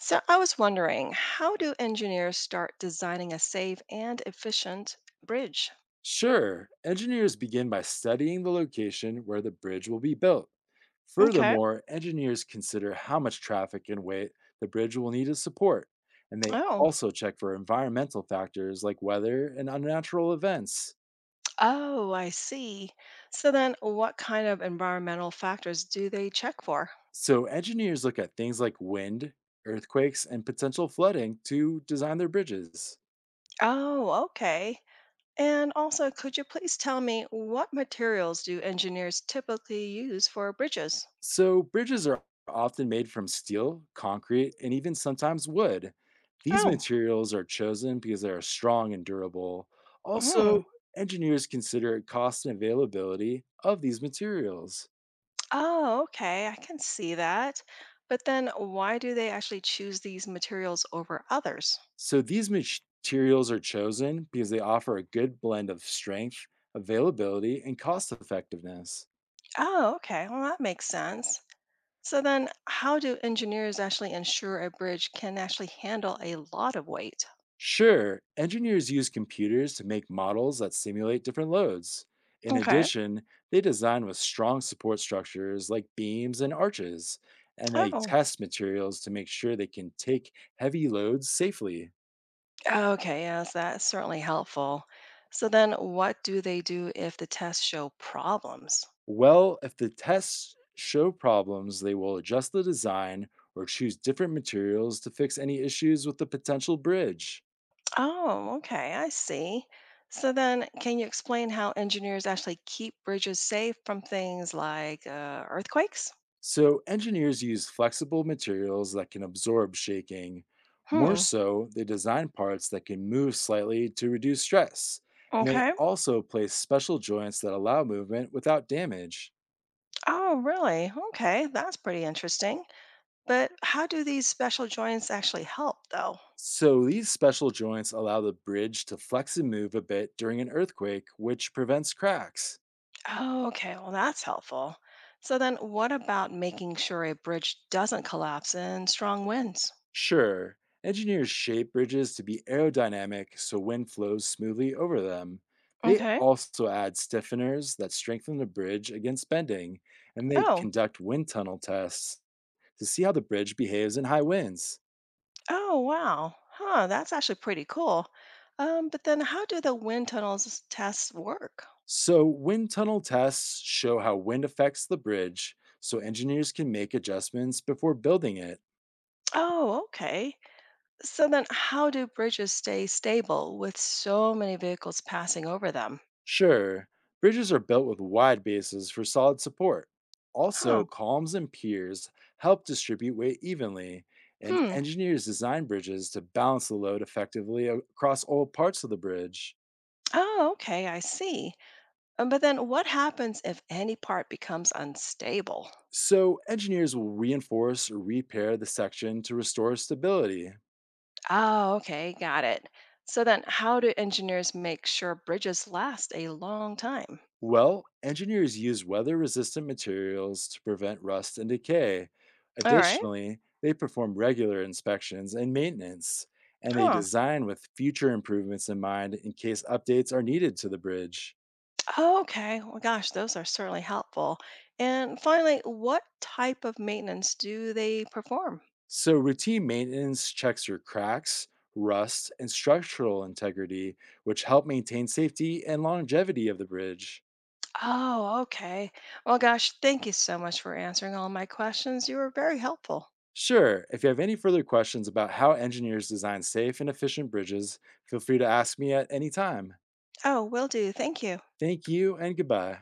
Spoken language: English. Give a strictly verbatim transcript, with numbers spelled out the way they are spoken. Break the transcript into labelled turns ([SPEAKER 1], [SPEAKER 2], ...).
[SPEAKER 1] So I was wondering, how do engineers start designing a safe and efficient bridge?
[SPEAKER 2] Sure, engineers begin by studying the location where the bridge will be built.
[SPEAKER 1] Okay.
[SPEAKER 2] Furthermore, engineers consider how much traffic and weight the bridge will need to support, and they
[SPEAKER 1] Oh.
[SPEAKER 2] also check for environmental factors like weather and unnatural events.
[SPEAKER 1] Oh, I see. So then what kind of environmental factors do they check for?
[SPEAKER 2] So, engineers look at things like wind, earthquakes, and potential flooding to design their bridges.
[SPEAKER 1] Oh, okay. And also, could you please tell me what materials do engineers typically use for bridges?
[SPEAKER 2] So, bridges are often made from steel, concrete, and even sometimes wood. These
[SPEAKER 1] Oh.
[SPEAKER 2] materials are chosen because they are strong and durable.
[SPEAKER 1] Mm.
[SPEAKER 2] Also, engineers consider cost and availability of these materials.
[SPEAKER 1] Oh, okay. I can see that. But then why do they actually choose these materials over others?
[SPEAKER 2] So, these mach- materials are chosen because they offer a good blend of strength, availability, and cost effectiveness.
[SPEAKER 1] Oh, okay. Well, that makes sense. So then, how do engineers actually ensure a bridge can actually handle a lot of weight?
[SPEAKER 2] Sure, engineers use computers to make models that simulate different loads. In
[SPEAKER 1] Okay.
[SPEAKER 2] addition, they design with strong support structures like beams and arches, and they
[SPEAKER 1] Oh,
[SPEAKER 2] test materials to make sure they can take heavy loads safely.
[SPEAKER 1] okay, yes, that's certainly helpful. So then, what do they do if the tests show problems?
[SPEAKER 2] Well, if the tests show problems, they will adjust the design or choose different materials to fix any issues with the potential bridge.
[SPEAKER 1] Oh, okay. I see. So then, can you explain how engineers actually keep bridges safe from things like uh, earthquakes?
[SPEAKER 2] So, engineers use flexible materials that can absorb shaking. More
[SPEAKER 1] Hmm.
[SPEAKER 2] so, they design parts that can move slightly to reduce stress. And they
[SPEAKER 1] Okay.
[SPEAKER 2] also place special joints that allow movement without damage.
[SPEAKER 1] Oh, really? Okay. That's pretty interesting. But how do these special joints actually help, though?
[SPEAKER 2] So, these special joints allow the bridge to flex and move a bit during an earthquake, which prevents cracks.
[SPEAKER 1] Oh, okay. Well, that's helpful. So then what about making sure a bridge doesn't collapse in strong winds?
[SPEAKER 2] Sure, engineers shape bridges to be aerodynamic so wind flows smoothly over them. They
[SPEAKER 1] Okay.
[SPEAKER 2] also add stiffeners that strengthen the bridge against bending, and they
[SPEAKER 1] Oh,
[SPEAKER 2] conduct wind tunnel tests to see how the bridge behaves in high winds.
[SPEAKER 1] oh, wow. Huh, that's actually pretty cool. Um, but then how do the wind tunnels tests work?
[SPEAKER 2] So, wind tunnel tests show how wind affects the bridge so engineers can make adjustments before building it.
[SPEAKER 1] Oh, okay. So then how do bridges stay stable with so many vehicles passing over them?
[SPEAKER 2] Sure, bridges are built with wide bases for solid support.
[SPEAKER 1] Huh.
[SPEAKER 2] Also, columns and piers help distribute weight evenly, and
[SPEAKER 1] Hmm.
[SPEAKER 2] engineers design bridges to balance the load effectively a- across all parts of the bridge.
[SPEAKER 1] Oh, okay, I see. Um, but then what happens if any part becomes unstable?
[SPEAKER 2] So, engineers will reinforce or repair the section to restore stability.
[SPEAKER 1] Oh, okay, got it. So then, how do engineers make sure bridges last a long time?
[SPEAKER 2] Well, engineers use weather resistant materials to prevent rust and decay.
[SPEAKER 1] All right,
[SPEAKER 2] Additionally, they perform regular inspections and maintenance, and they
[SPEAKER 1] huh.
[SPEAKER 2] design with future improvements in mind in case updates are needed to the bridge.
[SPEAKER 1] Oh, okay, well, gosh, those are certainly helpful. And finally, what type of maintenance do they perform?
[SPEAKER 2] So, routine maintenance checks for cracks, rust, and structural integrity, which help maintain safety and longevity of the bridge.
[SPEAKER 1] Oh, okay. Well, gosh, thank you so much for answering all my questions. You were very helpful.
[SPEAKER 2] Sure, if you have any further questions about how engineers design safe and efficient bridges, feel free to ask me at any time.
[SPEAKER 1] Oh, will do. Thank you.
[SPEAKER 2] Thank you and goodbye.